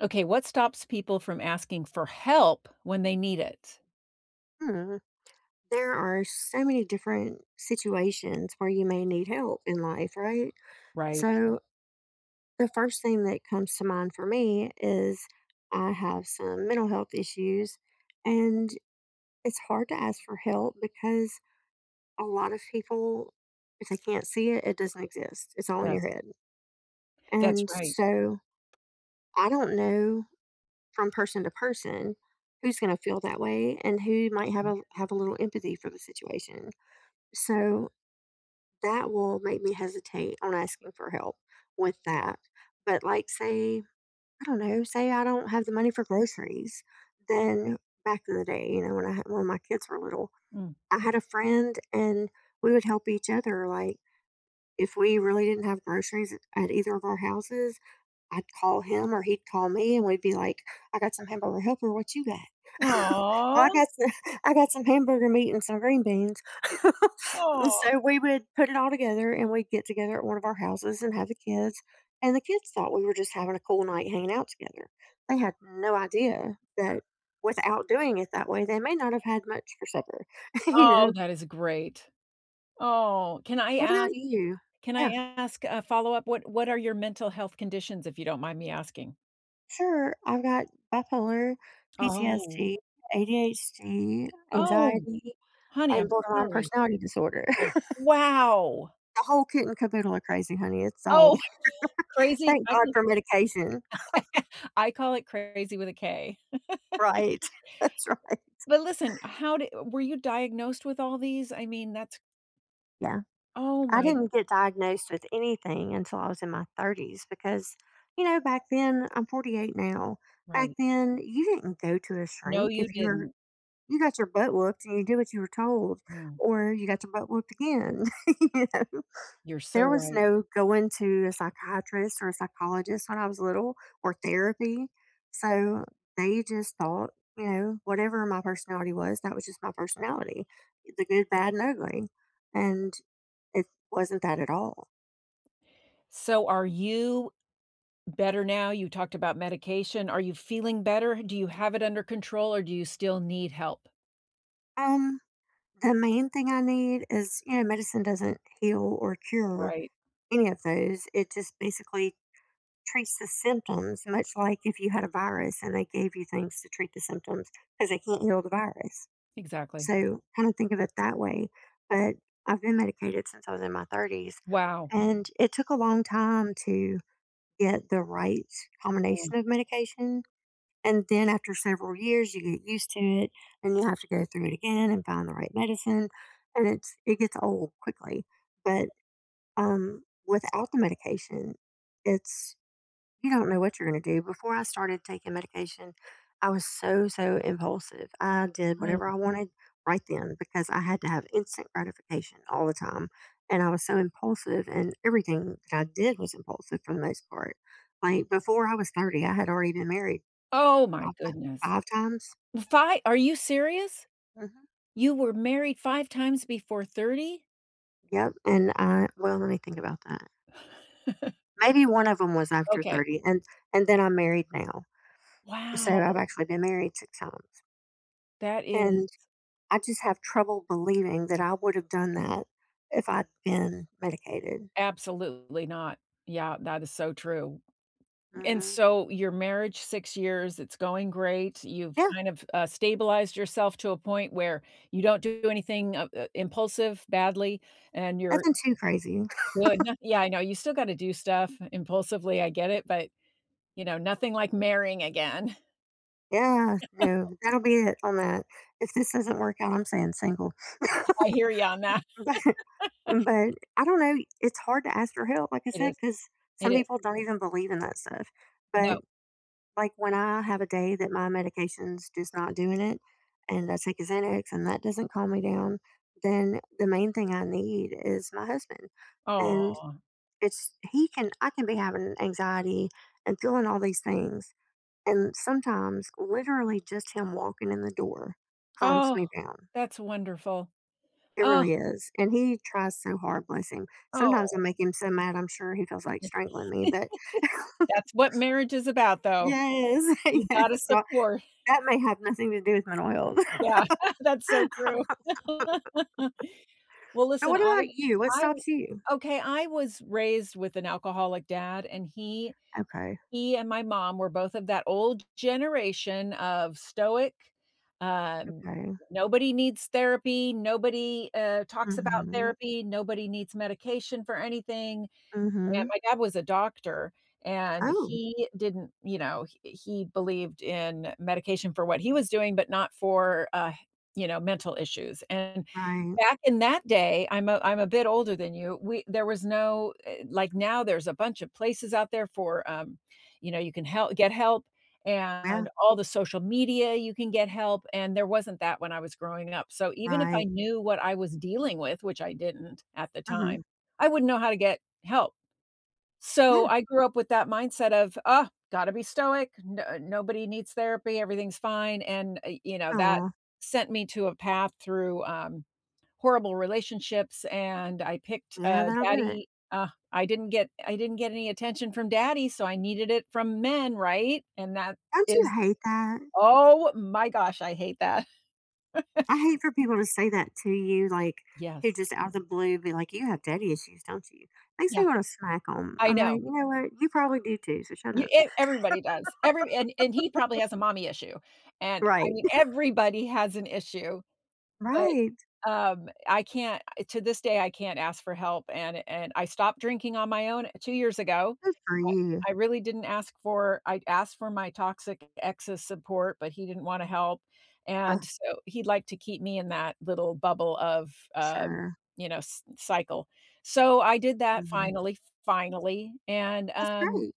Okay, what stops people from asking for help when they need it? Hmm. There are so many different situations where you may need help in life, right? Right, So, the first thing that comes to mind for me is I have some mental health issues, and it's hard to ask for help because a lot of people, if they can't see it, it doesn't exist. It's all in that's your head. that's And right. so, I don't know from person to person who's going to feel that way and who might have a little empathy for the situation. So, that will make me hesitate on asking for help with that. But like, say, I don't know, say I don't have the money for groceries, then back in the day, you know, when my kids were little, Mm. I had a friend and we would help each other. Like if we really didn't have groceries at either of our houses, I'd call him or he'd call me, and we'd be like, "I got some hamburger helper. What you got?" "Well, I Oh, got some I got some hamburger meat and some green beans." aw. So we would put it all together, and we'd get together at one of our houses and have the kids, and the kids thought we were just having a cool night hanging out together. They had no idea that without doing it that way, they may not have had much for supper, you know? Oh, that is great. Oh, can I What about ask you? can I Yeah. ask a follow-up? What are your mental health conditions, if you don't mind me asking? Sure, I've got bipolar, Oh, PTSD, ADHD, oh, anxiety, honey, and I'm borderline sorry. personality disorder. Wow. The whole kit and caboodle of crazy, honey. It's all Oh, Crazy. thank God for medication. I call it crazy with a K. Right. That's right. But listen, how did were you diagnosed with all these? I mean, that's Yeah. oh I my— didn't get diagnosed with anything until I was in my 30s because, you know, back then, I'm 48 now. Back Right. then, you didn't go to a No, shrink if you you were. didn't. You got your butt whooped and you did what you were told, Mm, or you got your butt whooped again. You know? you're so There was right. no going to a psychiatrist or a psychologist when I was little or therapy. So they just thought, you know, whatever my personality was, that was just my personality, the good, bad, and ugly. And it wasn't that at all. So are you Better now? You talked about medication. Are you feeling better? Do you have it under control or do you still need help? Um, the main thing I need is, you know, medicine doesn't heal or cure Right. any of those. It just basically treats the symptoms, much like if you had a virus and they gave you things to treat the symptoms because they can't heal the virus. Exactly. So, kinda think of it that way, but I've been medicated since I was in my 30s, Wow. and it took a long time to get the right Mm, combination of medication, and then after several years, you get used to it, and you have to go through it again and find the right medicine, and it gets old quickly, but, um, without the medication, it's you don't know what you're gonna do. Before I started taking medication, I was so, so impulsive. I did mm. whatever I wanted right then because I had to have instant gratification all the time. And I was so impulsive, and everything that I did was impulsive for the most part. Like before I was 30, I had already been married Oh my five, ti- goodness. five times. 5— Are you serious? Hmm. You were married 5 times before 30? Yep. And well, let me think about that. Maybe one of them was after Okay. 30, and then I'm married now. So Wow. I've actually been married six times. That is And I just have trouble believing that I would have done that if I'd been medicated. absolutely not. Yeah, that is so true. And Mhm. so your marriage, 6 years, it's going great. You've Yeah, kind of, stabilized yourself to a point where you don't do anything, impulsive badly, and you're nothing too crazy. good. No, yeah, I know, you still gotta do stuff impulsively, I get it, but, you know, nothing like marrying again. Yeah, no, that'll be it on that. If this doesn't work out, I'm saying single. I hear you on that. But but I don't know, it's hard to ask for help, like I It said, is, because it some is. people don't even believe in that stuff. But, No. like, when I have a day that my medication's just not doing it, and I take a Xanax and that doesn't calm me down, then the main thing I need is my husband. And Oh. It's he can I can be having anxiety and feeling all these things, and sometimes literally just him walking in the door calms Oh, me down. that's wonderful. It Oh, really is, and he tries so hard, bless him. Sometimes I oh. make him so mad, I'm sure he feels like strangling me, but That's what marriage is about, though. yes, You yes. gotta So support. that may have nothing to do with mental health. Yeah, that's so true. Well, Now listen, what about you? What I stops you? okay, I was raised with an alcoholic dad, and Okay, he and my mom were both of that old generation of stoic, um, okay. nobody needs therapy, nobody, Mm, talks about mhm, therapy, nobody needs medication for anything. mm, mhm. And my dad was a doctor, and Oh, he didn't you know, he believed in medication for what he was doing, but not for, you know, mental issues, and right. back in that day— I'm a bit older than you, we there was no, like, now there's a bunch of places out there for, you know, you can help get help, Yeah, and all the social media you can get help, and there wasn't that when I was growing up, so even if I right. knew what I was dealing with, which I didn't at the Mm, mhm. time, I wouldn't know how to get help. So, Yeah. I grew up with that mindset of, oh, gotta be stoic, no nobody needs therapy, everything's fine," and, you know, that Oh, sent me to a path through, horrible relationships, and I picked, yeah, that'll do it. daddy— I didn't get any attention from daddy, so I needed it from men, right? And that Don't you is hate that? Oh my gosh, I hate that. I hate for people to say that to you, like, who Yes. just out of the blue be like, "You have daddy issues, don't you?" Makes me Yeah, wanna smack them. I I'm like, know. "You know what? You probably do too, so shut You up." e everybody does. Every And he probably has a mommy issue, and, I Right. mean, everybody has an issue. But, Right. I can't to this day, I can't ask for help, and I stopped drinking on my own, 2 years ago. Good for you. I really didn't ask for I asked for my toxic ex's support, but he didn't wanna help, Uh, and so he'd like to keep me in that little bubble of, sure. you know, c cycle. So I did that Mhm. finally, finally, and, That's great.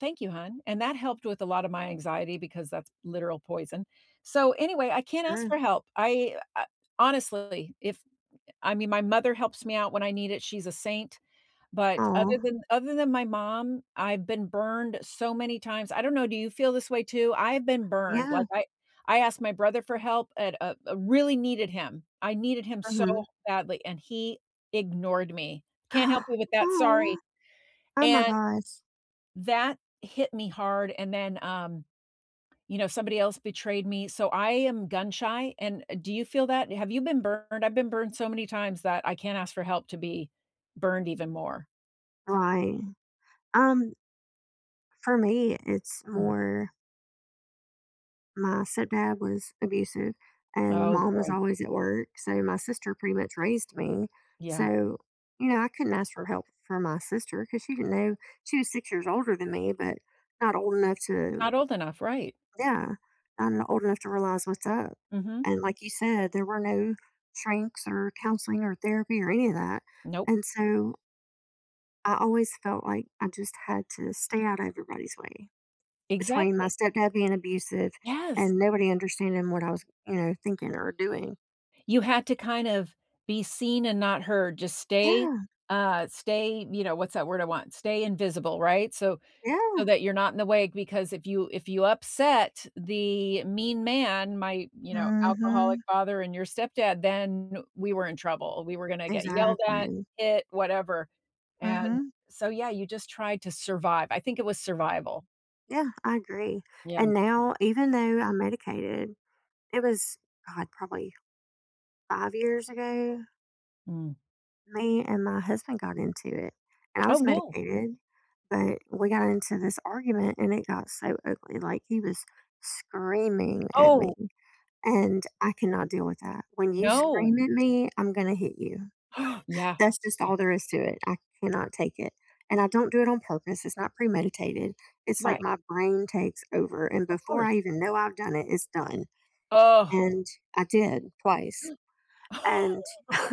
Thank you, hon, and that helped with a lot of my anxiety because that's literal poison. So, anyway, I can't ask Sure. for help. I Honestly, if I mean, my mother helps me out when I need it, she's a saint, but Oh, other than my mom, I've been burned so many times. I don't know, do you feel this way too? I've been burned, yeah. like, I asked my brother for help and, really needed him. I needed him so Mhm. badly, and he ignored me. "Can't help you with that, sorry," Oh. Oh my and gosh. that hit me hard, and then, you know, somebody else betrayed me, so I am gun shy, and do you feel that? Have you been burned? I've been burned so many times that I can't ask for help to be burned even more. Right. Um, for me, it's Mm. more my stepdad was abusive and Oh, mom was boy. always at work. So my sister pretty much raised me. Yeah. So, you know, I couldn't ask for help from my sister because she didn't know. She was 6 years older than me, but not old enough to, Not old enough, right. yeah, not old enough to realize what's up. Mhm. And like you said, there were no shrinks or counseling or therapy or any of that. Nope. And so I always felt like I just had to stay out of everybody's way between my Exactly. stepdad being abusive Yes. and nobody understanding what I was, you know, thinking or doing. You had to kind of be seen and not heard, just stay, Yeah, stay, you know, what's that word I want? Stay invisible, right? So yeah. so that you're not in the wake because if you upset the mean man, my, you know, Mhm. alcoholic father and your stepdad, then we were in trouble. We were gonna get yelled at, Exactly. hit, whatever, and Mhm. so, yeah, you just tried to survive. I think it was survival. Yeah, I agree. Yeah. And now even though I'm medicated, it was God, probably 5 years ago, Mm. me and my husband got into it. And I Oh, was no. medicated, but we got into this argument and it got so ugly. Like he was screaming at me. Oh, And I cannot deal with that. When you scream no. at me, I'm gonna hit you. Yeah. That's just all Right. there is to it. I cannot take it. And I don't do it on purpose. It's not premeditated. It's like Right. my brain takes over. And Of before course. I even know I've done it, it's done. Oh. And I did twice. And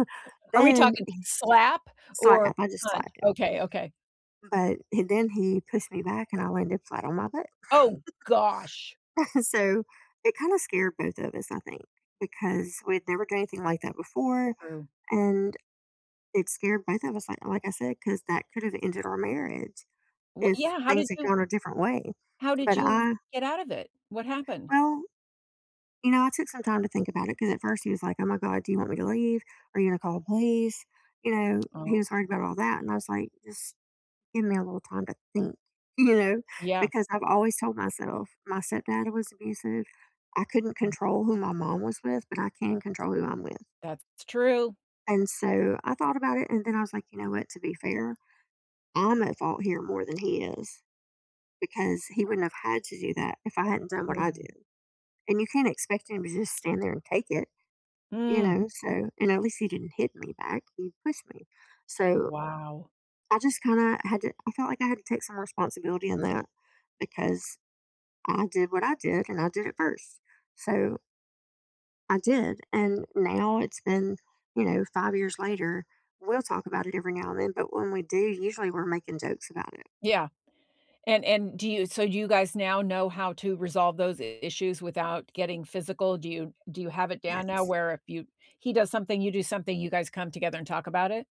Are we then talking slap or slap, I just punch? slapped him. Okay, okay. But then he pushed me back and I landed flat on my butt. Oh gosh. So it kind of scared both of us, I think, because we'd never done anything like that before. True. And it scared both of us, like I said, because that could have ended our marriage What if yeah, things had gone a different way. how did But you I get out of it? What happened? Well, you know, I took some time to think about it because at first he was like, "Oh my god, do you want me to leave? Are you gonna call the police?" You know, he Oh. was worried about all that, and I was like, "Just give me a little time to think," you know, Yeah. because I've always told myself my stepdad was abusive. I couldn't control who my mom was with, but I can control who I'm with. That's true. And so I thought about it, and then I was like, "You know what? To be fair, I'm at fault here more than he is because he wouldn't have had to do that if I hadn't done what I Mm. did. And you can't expect him to just stand there and take it, you Mm. know? So, and at least he didn't hit me back, he pushed me. So Wow. I just kind of had to, I felt like I had to take some responsibility in that because I did what I did and I did it first. So I did. And now it's been, you know, 5 years later. We'll talk about it every now and then, but when we do, usually we're making jokes about it. Yeah. And do you— do you guys now know how to resolve those issues without getting physical? Do you have it down now Yes. where if you— he does something, you do something, you guys come together and talk about it?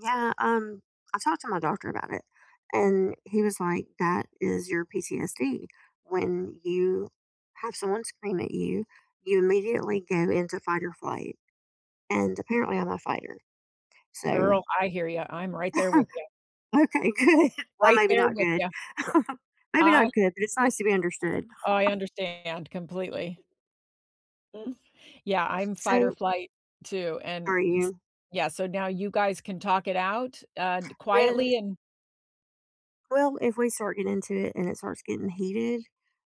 Yeah, I talked to my doctor about it, and he was like, "That is your PTSD. When you have someone scream at you, you immediately go into fight or flight." And apparently, I'm a fighter. Girl, So, I hear you. I'm right there with you. okay, good. Well, Right maybe there not with good. you. Maybe I not good, but it's nice to be understood. I understand completely. Yeah, I'm fight or So, flight too, and are it's— you? yeah, so now you guys can talk it out, When quietly and Well, if we start getting into it and it starts getting heated,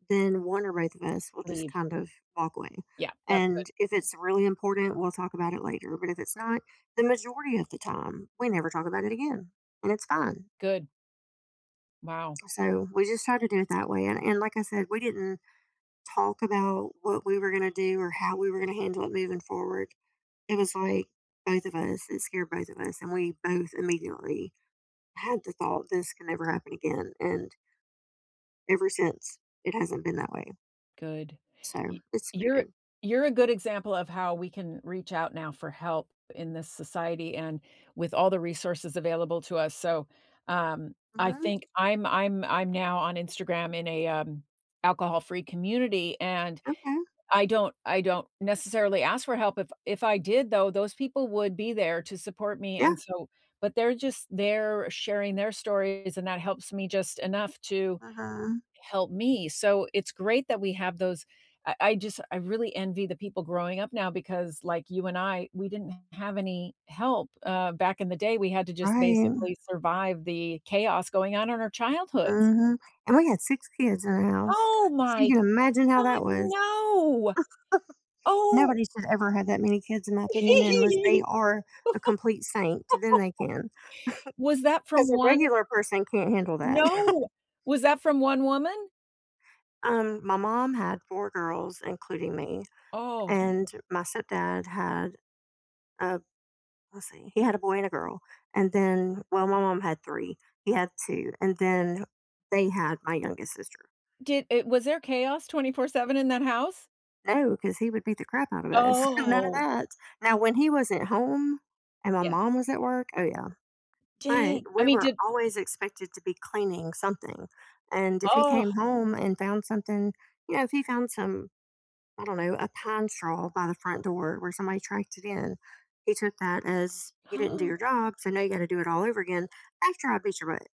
then one or both of us will just leave. kind of walk away. Yeah, that's good. And if it's really important, we'll talk about it later. But if it's not, the majority of the time, we never talk about it again. And it's fine. Good. Wow, So we just try to do it that way. And, like I said, we didn't talk about what we were going to do or how we were going to handle it moving forward. It was like both of us, it scared both of us. And we both immediately had the thought, this can never happen again. And ever since, it hasn't been that way, good. so Y it's pretty You're good. A good example of how we can reach out now for help in this society and with all the resources available to us, so, I Mhm, think I'm now on Instagram in a, alcohol-free community, and okay, I don't necessarily ask for help. If I did though, those people would be there to support me, yeah, and so but they're just there sharing their stories, and that helps me just enough to mhm, help me. So it's great that we have those. I just I really envy the people growing up now because like you and I, we didn't have any help, back in the day, we had to just right, basically survive the chaos going on in our childhoods. mhm, and we had 6 kids in the house, Oh so my you can imagine how god, that was. no! Oh. Nobody should ever have that many kids in my opinion unless they are a complete saint, then they can, Was that because from a one regular person can't handle that. No! Was that from one woman? My mom had 4 girls, including me, Oh, and my stepdad had a let's see, he had a boy and a girl. And then, well, my mom had three. He had two. And then they had my youngest sister. did it was there chaos 24/7 in that house? No, because he would beat the crap out of us. None of Oh, that. Now, when he wasn't home and my yeah. mom was at work, oh, yeah. Dang. But I we mean, were did— always expected to be cleaning something. And if he Oh. came home and found something, you know, if he found some, I don't know, a pine straw by the front door where somebody tracked it in, he took that as you didn't do your job. So now you got to do it all over again after I beat your butt.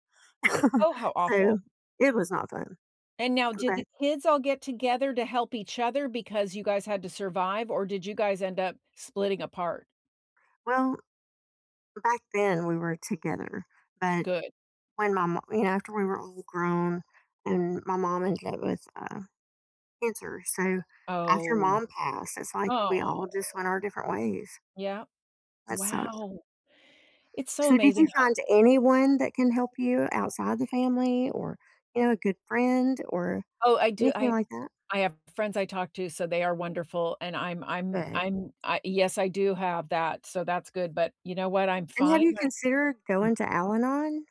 Oh, how So, awful. it was not fun, And now did but the kids all get together to help each other because you guys had to survive, or did you guys end up splitting apart? well, back then we were together, but Good. when my mom, you know, after we were all grown and my mom ended up with, cancer, so after Oh. mom passed, it's like we Oh. all just went our different ways. Yeah. That sucks. Wow. It's so So did amazing you how— find anyone that can help you outside the family or, you know, a good friend or Oh, I do, anything like that? I have friends I talk to, so they are wonderful, and Good. I'm I yes, I do have that, so that's good, but you know what? I'm And have fine you right— considered going to Al-Anon?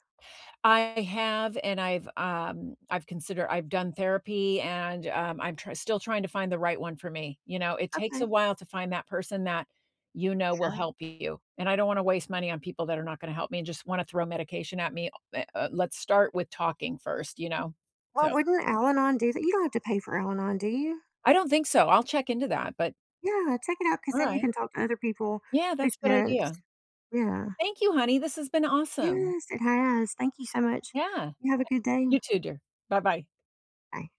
I have, and I've considered, I've done therapy, and, I'm try still trying to find the right one for me, you know? It takes Okay, a while to find that person that you know will sure. help you, and I don't wanna waste money on people that are not gonna help me and just wanna throw medication at me, eh, let's start with talking first, you know? Well, So, wouldn't Al-Anon do that? You don't have to pay for Al-Anon, do you? I don't think so, I'll check into that, but Yeah, check it out because then you alright. can talk to other people Yeah, whose that's a good parents. idea. Yeah. Thank you, honey. This has been awesome. Yes, it has. Thank you so much. Yeah. You have a good day. You too, dear. Bye-bye. Bye.